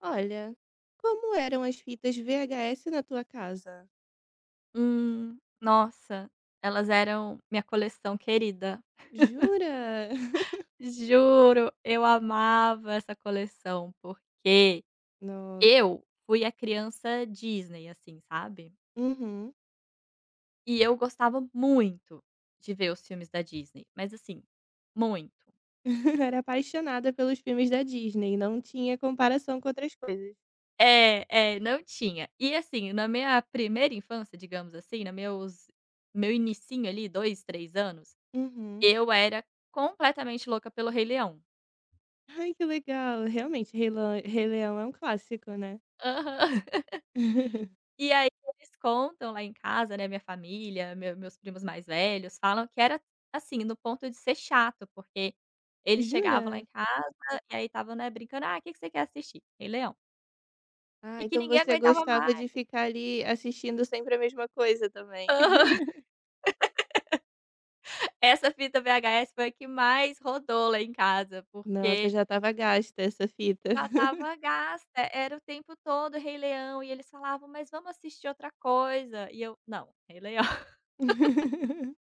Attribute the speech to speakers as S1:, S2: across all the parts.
S1: Olha, como eram as fitas VHS na tua casa?
S2: Nossa, elas eram minha coleção querida.
S1: Jura?
S2: Juro, eu amava essa coleção, porque
S1: Nossa.
S2: eu fui a criança Disney, assim, sabe.
S1: Uhum.
S2: E eu gostava muito de ver os filmes da Disney, mas assim, muito.
S1: Era apaixonada pelos filmes da Disney, não tinha comparação com outras coisas.
S2: É, é, não tinha. E assim, na minha primeira infância, digamos assim, na meus meu inicinho ali, 2, 3 anos,
S1: Uhum.
S2: eu era completamente louca pelo Rei Leão.
S1: Ai, que legal. Realmente, Rei Leão é um clássico, né?
S2: Aham. E aí eles contam lá em casa, né, minha família, meus primos mais velhos falam que era, assim, no ponto de ser chato, porque eles chegavam lá em
S1: Jura?
S2: casa e aí estavam, né, brincando: "Ah, o que que você quer assistir?" "Rei Leão". E
S1: Ah,
S2: que
S1: então
S2: ninguém
S1: você
S2: aguentava
S1: gostava
S2: mais.
S1: de ficar ali assistindo sempre a mesma coisa também.
S2: Essa fita VHS foi a que mais rodou lá em casa,
S1: Nossa,
S2: porque
S1: já estava gasta essa fita.
S2: já estava gasta, é, era o tempo todo Rei Leão e eles falavam: "Mas vamos assistir outra coisa". E eu: "Não, Rei Leão".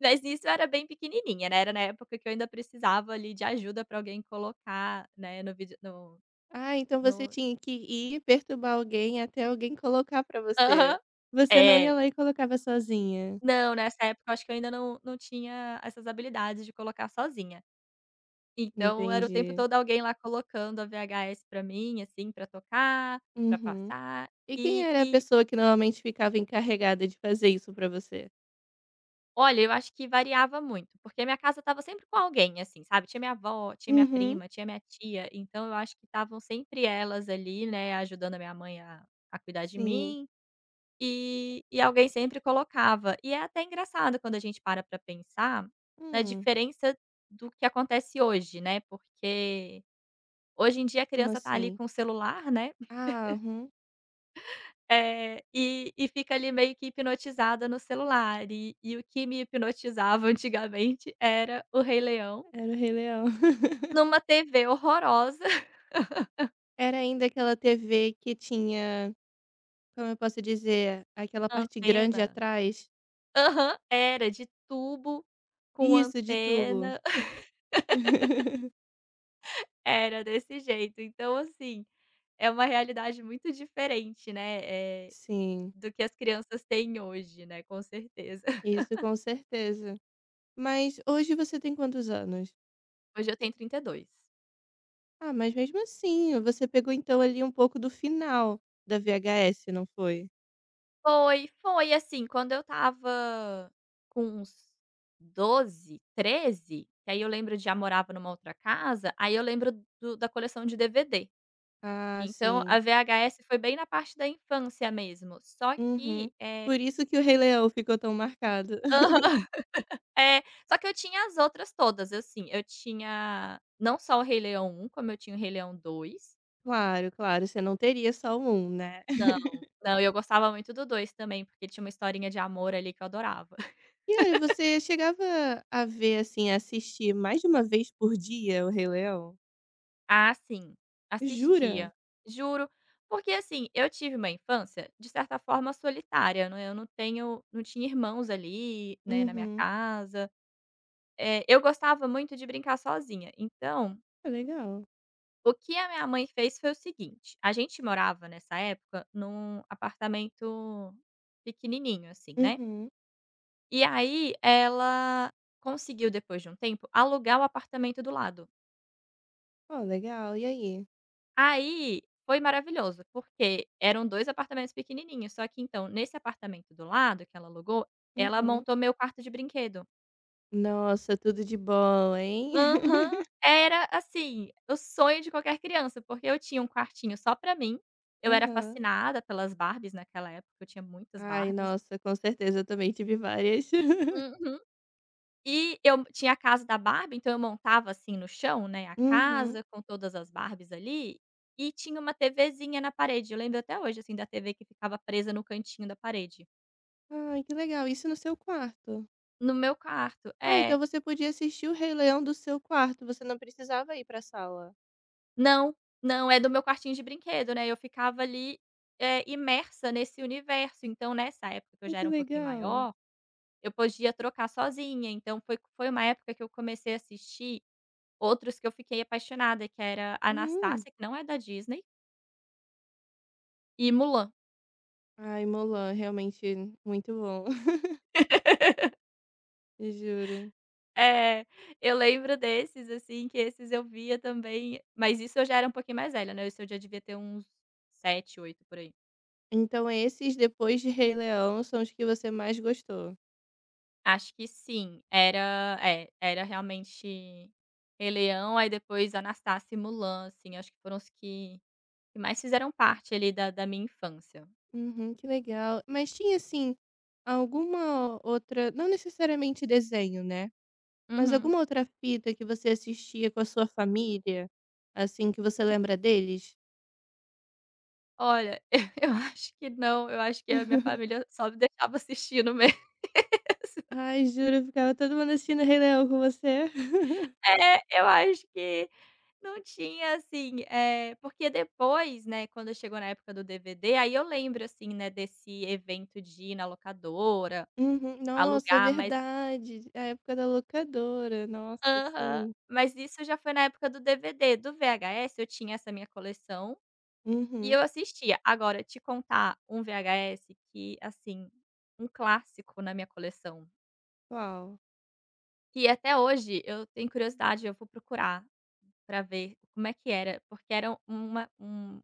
S2: Mas nisso eu era bem pequenininha, né, era na época que eu ainda precisava ali de ajuda pra alguém colocar, né, no vídeo
S1: Ah, então você
S2: no
S1: tinha que ir perturbar alguém até alguém colocar pra você.
S2: aham,
S1: Você não ia
S2: é.
S1: lá e colocava sozinha.
S2: Não, nessa época eu acho que eu ainda não tinha essas habilidades de colocar sozinha. Então era o tempo
S1: Entendi.
S2: todo alguém lá colocando a VHS pra mim, assim, pra tocar, pra
S1: Uhum.
S2: passar,
S1: E quem
S2: e
S1: era a
S2: e
S1: pessoa que normalmente ficava encarregada de fazer isso pra você?
S2: Olha, eu acho que variava muito, porque a minha casa estava sempre com alguém, assim, sabe. Tinha minha avó, tinha minha
S1: Uhum.
S2: prima, tinha minha tia, então eu acho que estavam sempre elas ali, né, ajudando a minha mãe a cuidar de
S1: Sim.
S2: mim, e alguém sempre colocava. E é até engraçado quando a gente para pra pensar na
S1: Hum,
S2: diferença do que acontece hoje, né, porque hoje em dia a
S1: como
S2: criança tá ali
S1: assim?
S2: com o celular, né.
S1: Ah, uhum.
S2: É, e fica ali meio que hipnotizada no celular e o que me hipnotizava antigamente era o Rei Leão,
S1: Era o Rei Leão.
S2: numa TV horrorosa.
S1: Era ainda aquela TV que tinha, como eu posso dizer, aquela parte grande
S2: Antena?
S1: atrás?
S2: Aham, era de tubo com
S1: Isso, de tubo.
S2: antena, era desse jeito. Então, assim, é uma realidade muito diferente, né, eh,
S1: Sim,
S2: do que as crianças têm hoje, né, com certeza.
S1: isso com certeza. Mas hoje você tem quantos anos?
S2: Hoje eu tenho 32.
S1: Ah, mas mesmo assim, você pegou então ali um pouco do final da VHS, não foi?
S2: Foi, foi, assim, quando eu estava com uns 12, 13, que aí eu lembro de já morava numa outra casa, aí eu lembro do da coleção de DVD.
S1: Ah,
S2: Então
S1: sim.
S2: a VHS foi bem na parte da infância mesmo, só
S1: Uhum.
S2: que.
S1: Por isso que o Rei Leão ficou tão marcado.
S2: Aham. É, só que eu tinha as outras todas, assim, eu tinha não só o Rei Leão 1, como eu tinha o Rei Leão 2.
S1: Claro, claro, você não teria só um, né?
S2: Não, não, eu gostava muito do 2 também, porque tinha uma historinha de amor ali que eu adorava.
S1: E olha, você chegava a ver, assim, a assistir mais de uma vez por dia o Rei Leão?
S2: Ah, sim,
S1: Jura?
S2: assistia. Juro, porque assim, eu tive uma infância, de certa forma, solitária, né, eu não tinha irmãos ali, né, na minha
S1: Uhum.
S2: casa. Eu gostava muito de brincar sozinha, então,
S1: Ah, legal.
S2: o que a minha mãe fez foi o seguinte: a gente morava nessa época num apartamento pequenininho, assim, né,
S1: Uhum.
S2: e aí ela conseguiu, depois de um tempo, alugar o apartamento do lado.
S1: Ó, legal. E aí?
S2: Aí, foi maravilhoso, porque eram 2 apartamentos pequenininhos, só que então, nesse apartamento do lado que ela alugou, ela
S1: Uhum.
S2: montou meu quarto de brinquedo.
S1: Nossa, tudo de bom, hein?
S2: Aham. Era, assim, o sonho de qualquer criança, porque eu tinha um quartinho só pra mim, eu era
S1: Aham.
S2: fascinada pelas Barbies naquela época, eu tinha muitas
S1: Ai,
S2: Barbies.
S1: nossa, com certeza eu também tive várias.
S2: Uhum. E eu tinha a casa da Barbie, então eu montava, assim, no chão, né, a
S1: Uhum.
S2: casa com todas as Barbies ali, e tinha uma TVzinha na parede. Eu lembro até hoje, assim, da TV que ficava presa no cantinho da parede.
S1: Ai, que legal, isso no seu quarto.
S2: No meu quarto.
S1: Ah,
S2: É.
S1: então você podia assistir o Rei Leão do seu quarto, você não precisava ir pra sala.
S2: Não, não, é do meu quartinho de brinquedo, né, eu ficava ali, imersa nesse universo. Então nessa época que eu
S1: Ai,
S2: já
S1: que
S2: era um pouquinho
S1: legal.
S2: maior, eu podia trocar sozinha, então foi uma época que eu comecei a assistir outros que eu fiquei apaixonada, que era
S1: Hum.
S2: Anastácia, que não é da Disney, e Mulan.
S1: Ai, Mulan, realmente muito bom, eu juro.
S2: É, eu lembro desses, assim, que esses eu via também, mas isso eu já era um pouquinho mais velha, né, isso eu já devia ter uns sete, oito por aí.
S1: Então esses, depois de Rei Leão, são os que você mais gostou?
S2: Acho que sim, era realmente Rei Leão, aí depois Anastácia e Mulan, assim, acho que foram os que mais fizeram parte ali da minha infância.
S1: Uhum, que legal. Mas tinha, assim, alguma outra não necessariamente desenho, né? Mas
S2: Uhum.
S1: alguma outra fita que você assistia com a sua família, assim, que você lembra deles?
S2: Olha, eu acho que não, eu acho que a minha família só me deixava assistindo mesmo.
S1: Ai, juro, eu ficava todo mundo assistindo Rei Leão com você.
S2: É, eu acho que não tinha, assim, é porque depois, né, quando chegou na época do DVD, aí eu lembro, assim, né, desse evento de ir na locadora,
S1: Uhum. Nossa, é
S2: alugar, uhum, mas
S1: verdade. A época da locadora. Nossa,
S2: aham.
S1: sim.
S2: Mas isso já foi na época do DVD. Do VHS eu tinha essa minha coleção e
S1: Uhum.
S2: eu assistia. Agora te contar um VHS que, assim, um clássico na minha coleção,
S1: Qual?
S2: que até hoje eu tenho curiosidade, eu vou procurar pra ver como é que era, porque era uma um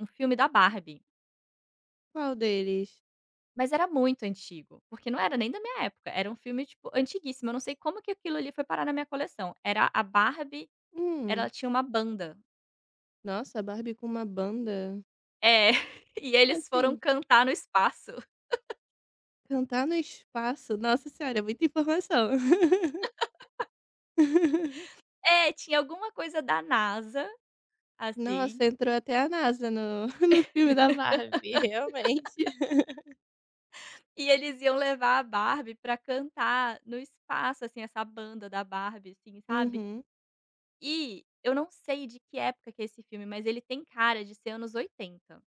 S2: um filme da Barbie.
S1: Qual deles?
S2: Mas era muito antigo, porque não era nem da minha época, era um filme, tipo, antiguíssimo, eu não sei como que aquilo ali foi parar na minha coleção. Era a Barbie,
S1: Hum.
S2: ela tinha uma banda.
S1: Nossa, a Barbie com uma banda.
S2: É, e eles foram
S1: Assim,
S2: cantar no espaço.
S1: cantar no espaço. Nossa senhora, é muita informação.
S2: É, tinha alguma coisa da NASA, assim,
S1: Nossa, entrou até a NASA no, no filme da Barbie, realmente.
S2: e eles iam levar a Barbie pra cantar no espaço, assim, essa banda da Barbie, assim, sabe.
S1: Uhum.
S2: E eu não sei de que época que é esse filme, mas ele tem cara de ser anos 80.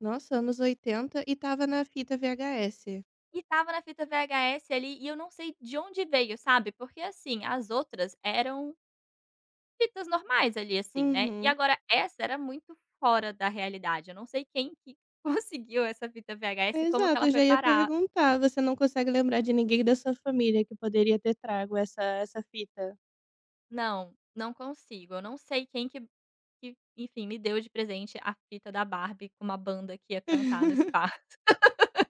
S1: Nossa, anos 80 e tava na fita VHS.
S2: E estava na fita VHS ali, e eu não sei de onde veio, sabe, porque, assim, as outras eram fitas normais ali, assim, né, e
S1: Uhum.
S2: agora essa era muito fora da realidade, eu não sei quem que conseguiu essa fita VHS e como que
S1: Exato,
S2: ela
S1: eu já
S2: foi
S1: ia
S2: parar.
S1: perguntar, você não consegue lembrar de ninguém da sua família que poderia ter trago essa fita?
S2: Não, não consigo, eu não sei quem que, enfim, me deu de presente a fita da Barbie com uma banda que ia cantar no spa.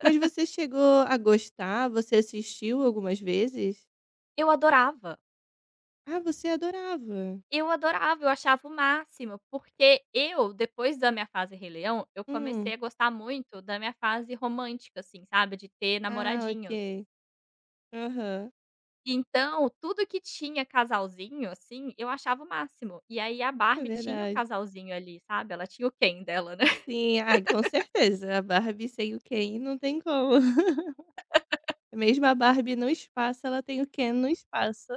S1: Mas você chegou a gostar? Você assistiu algumas vezes?
S2: Eu adorava.
S1: Ah, você adorava.
S2: Eu adorava, eu achava o máximo, porque eu, depois da minha fase Rei Leão, eu
S1: Hum.
S2: comecei a gostar muito da minha fase romântica, assim, sabe, de ter
S1: Ah,
S2: namoradinhos.
S1: ok. Aham.
S2: Então, tudo que tinha casalzinho, assim, eu achava o máximo. E aí a
S1: É
S2: Barbie tinha o
S1: verdade.
S2: casalzinho ali, sabe, ela tinha o Ken dela, né.
S1: Sim, ah, com certeza, a Barbie sem o Ken não tem como. Mesmo a Barbie no espaço, ela tem o Ken no espaço.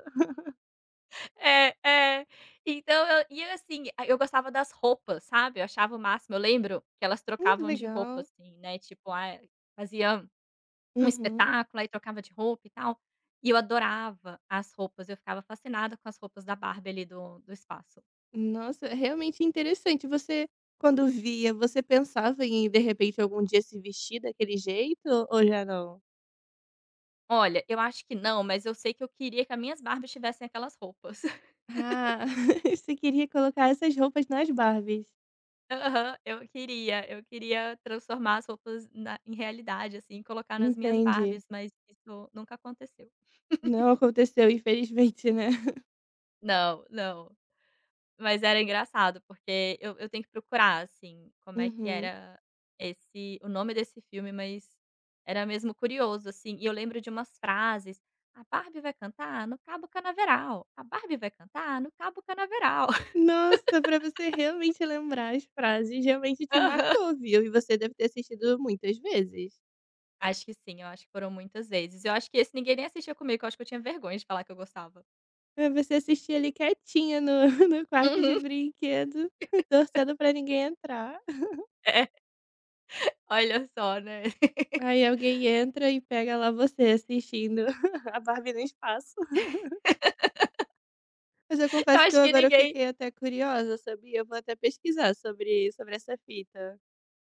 S2: É, é. Então eu e assim, a eu gostava das roupas, sabe, eu achava o máximo. Eu lembro que elas
S1: Que
S2: trocavam de roupa,
S1: legal.
S2: assim, né, tipo, ah, fazia um
S1: Uhum.
S2: espetáculo, aí trocava de roupa e tal. E eu adorava as roupas, eu ficava fascinada com as roupas da Barbie ali do espaço.
S1: Nossa, realmente interessante. Você, quando via, você pensava em, de repente, algum dia se vestir daquele jeito ou já não?
S2: Olha, eu acho que não, mas eu sei que eu queria que as minhas Barbies tivessem aquelas roupas.
S1: Ah, você queria colocar essas roupas nas Barbies.
S2: Aham, eu queria transformar as roupas na em realidade, assim, colocar nas minhas
S1: Entendi.
S2: Barbies, mas isso nunca aconteceu.
S1: Não aconteceu, infelizmente, né?
S2: Não, não. Mas era engraçado, porque eu tenho que procurar, assim, como é que
S1: Uhum.
S2: era esse o nome desse filme, mas era mesmo curioso, assim. E eu lembro de umas frases: "A Barbie vai cantar no Cabo Canaveral, a Barbie vai cantar no Cabo Canaveral".
S1: Nossa, pra você realmente lembrar as frases, realmente te
S2: Aham.
S1: marcou, viu? E você deve ter assistido muitas vezes.
S2: Acho que sim, eu acho que foram muitas vezes. Eu acho que esse ninguém nem assistia comigo, eu acho que eu tinha vergonha de falar que eu gostava.
S1: Pra você assistir ali quietinha no, no quarto de
S2: Uhum.
S1: brinquedo, torcendo pra ninguém entrar.
S2: É, olha só, né.
S1: Aí alguém entra e pega lá você assistindo a Barbie no espaço. Mas eu
S2: Eu
S1: confesso que
S2: acho
S1: eu
S2: que
S1: agora
S2: ninguém.
S1: fiquei até curiosa, sabia? Eu vou até pesquisar sobre essa fita.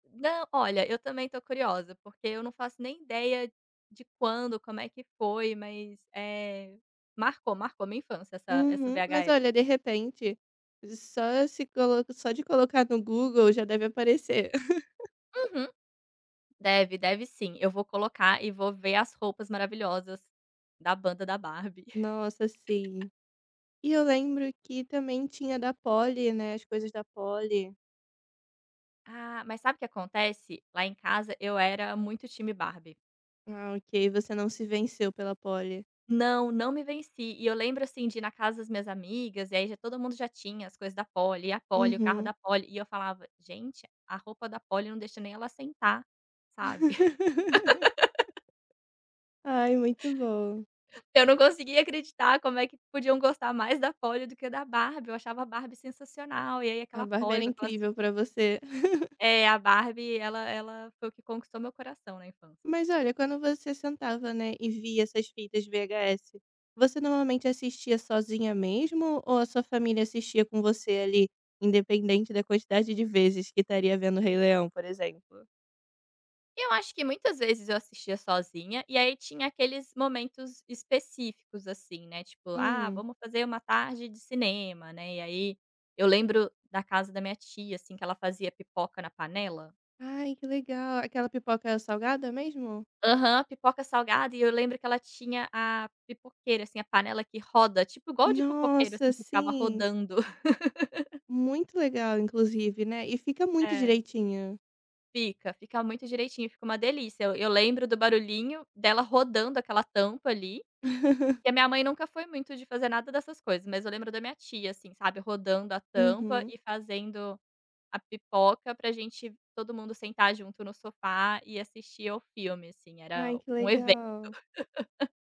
S2: Não, olha, eu também tô curiosa, porque eu não faço nem ideia de quando, como é que foi, mas, marcou, marcou minha infância essa
S1: Uhum. Mas
S2: VHS.
S1: olha, de repente, só de colocar no Google já deve aparecer.
S2: Uhum. Deve, deve sim. Eu vou colocar e vou ver as roupas maravilhosas da banda da Barbie.
S1: Nossa, sim. E eu lembro que também tinha da Polly, né? As coisas da Polly.
S2: Ah, mas sabe o que acontece? Lá em casa eu era muito time Barbie.
S1: Ah, ok. Você não se venceu pela Polly.
S2: Não, não me venci. E eu lembro, assim, de ir na casa das minhas amigas, e aí já todo mundo já tinha as coisas da Polly, e a Polly, o carro
S1: Uhum.
S2: da Polly, e eu falava: "Gente, a roupa da Polly não deixa nem ela sentar", sabe.
S1: Ai, muito bom.
S2: Eu não conseguia acreditar como é que podiam gostar mais da Polly do que da Barbie, eu achava a Barbie sensacional, e aí
S1: A
S2: aquela
S1: Barbie era
S2: Polly com aquelas.
S1: incrível pra você.
S2: É, a Barbie ela foi o que conquistou meu coração na infância.
S1: Mas olha, quando você sentava, né, e via essas fitas VHS, você normalmente assistia sozinha mesmo ou a sua família assistia com você ali, independente da quantidade de vezes que estaria vendo Rei Leão, por exemplo?
S2: Eu acho que muitas vezes eu assistia sozinha, e aí tinha aqueles momentos específicos, assim, né, tipo: "Ah,
S1: Hum.
S2: vamos fazer uma tarde de cinema", né, e aí eu lembro da casa da minha tia, assim, que ela fazia pipoca na panela.
S1: Ai, que legal. Aquela pipoca salgada mesmo?
S2: Aham, pipoca salgada e eu lembro que ela tinha a pipoqueira, assim, a panela que roda, tipo igual de pipoqueiro,
S1: Nossa,
S2: assim, que ficava
S1: sim.
S2: rodando.
S1: Muito legal, inclusive, né? E fica muito
S2: É,
S1: direitinho.
S2: fica, fica muito direitinho, fica uma delícia. Eu lembro do barulhinho dela rodando aquela tampa ali. E a minha mãe nunca foi muito de fazer nada dessas coisas, mas eu lembro da minha tia, assim, sabe, rodando a tampa
S1: Uhum.
S2: e fazendo a pipoca pra gente todo mundo sentar junto no sofá e assistir ao filme, assim, era
S1: Ai, que
S2: um evento.
S1: legal.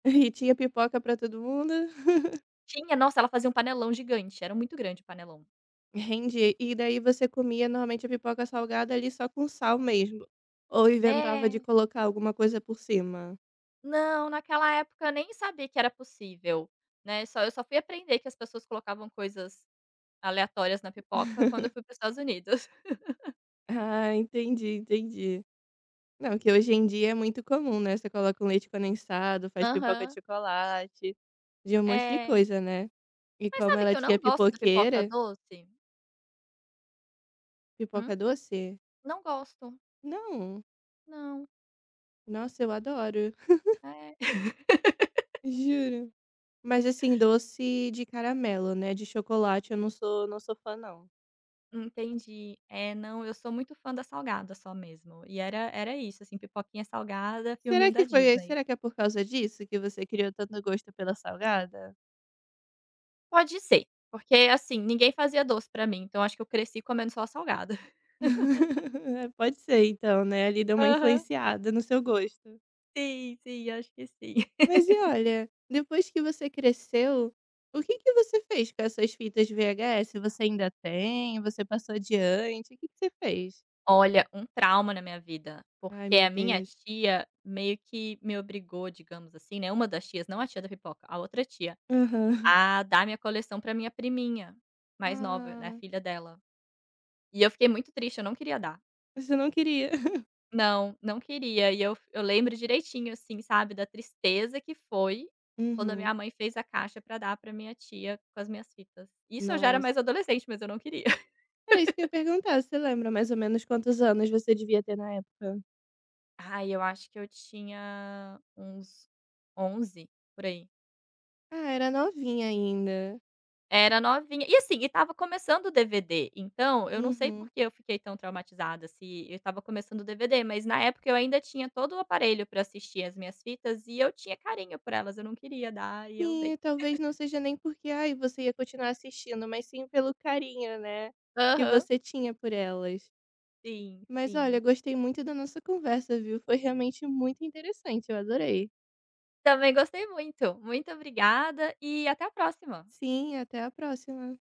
S1: E tinha pipoca pra todo mundo.
S2: Tinha nossa, ela fazia um panelão gigante, era muito grande o panelão.
S1: Rendia. E daí você comia normalmente a pipoca salgada ali só com sal mesmo, ou inventava de
S2: É.
S1: colocar alguma coisa por cima?
S2: Não, naquela época eu nem sabia que era possível, né, só fui aprender que as pessoas colocavam coisas aleatórias na pipoca quando eu fui para os Estados Unidos.
S1: Ah, entendi, entendi. Não, que hoje em dia é muito comum, né, você coloca um leite condensado, faz pipoca de
S2: Aham.
S1: chocolate, de um monte de
S2: É.
S1: coisa, né. E
S2: Mas
S1: como
S2: sabe que
S1: ela
S2: eu
S1: tinha
S2: não gosto da pipoca
S1: pipoqueira
S2: doce?
S1: pipoca doce?
S2: Não gosto.
S1: Não.
S2: Não.
S1: Nossa, eu adoro.
S2: É.
S1: Juro. Mas assim, doce de caramelo, né, de chocolate eu não sou fã não.
S2: Entendi. É, não, eu sou muito fã da salgada só mesmo. E era isso, assim, pipoquinha salgada,
S1: Será
S2: filminho da
S1: que foi
S2: Disney.
S1: será que é por causa disso que você criou tanto gosto pela salgada?
S2: Pode ser, porque, assim, ninguém fazia doce pra mim, então acho que eu cresci comendo só salgada.
S1: É, pode ser então, né, ali deu uma
S2: Aham.
S1: influenciada no seu gosto.
S2: Sim, sim, acho que sim.
S1: Mas e olha, depois que você cresceu, o que que você fez com essas fitas VHS? Você ainda tem? Você passou adiante? O que que você fez?
S2: Olha, um trauma na minha vida,
S1: Ai
S2: porque
S1: meu
S2: a minha
S1: Deus.
S2: tia meio que me obrigou, digamos assim, né, uma das tias, não a tia da pipoca, a outra tia,
S1: Aham.
S2: a dar minha coleção pra minha priminha mais nova, né,
S1: Ah,
S2: filha dela. E eu fiquei muito triste, eu não queria dar.
S1: você não queria.
S2: Não, não queria. E eu lembro direitinho, assim, sabe, da tristeza que foi quando a
S1: Uhum.
S2: minha mãe fez a caixa pra dar pra minha tia com as minhas fitas. Isso eu já era mais
S1: Nossa.
S2: adolescente, mas eu não queria.
S1: Era isso que eu ia perguntar, você lembra mais ou menos quantos anos você devia ter na época?
S2: Ai, eu acho que eu tinha uns 11 por aí.
S1: Ah, era novinha ainda.
S2: Era novinha. E assim, e tava começando o DVD, então eu não sei por
S1: Uhum.
S2: que eu fiquei tão traumatizada, se eu tava começando o DVD, mas na época eu ainda tinha todo o aparelho pra assistir as minhas fitas e eu tinha carinho por elas, eu não queria dar e eu
S1: Sim,
S2: dei.
S1: talvez não seja nem porque, ai, você ia continuar assistindo, mas sim pelo carinho, né, que
S2: Aham,
S1: você tinha por elas.
S2: sim,
S1: Mas olha,
S2: sim.
S1: gostei muito da nossa conversa, viu, foi realmente muito interessante, eu adorei.
S2: Também gostei muito. Muito obrigada e até a próxima.
S1: Sim, até a próxima.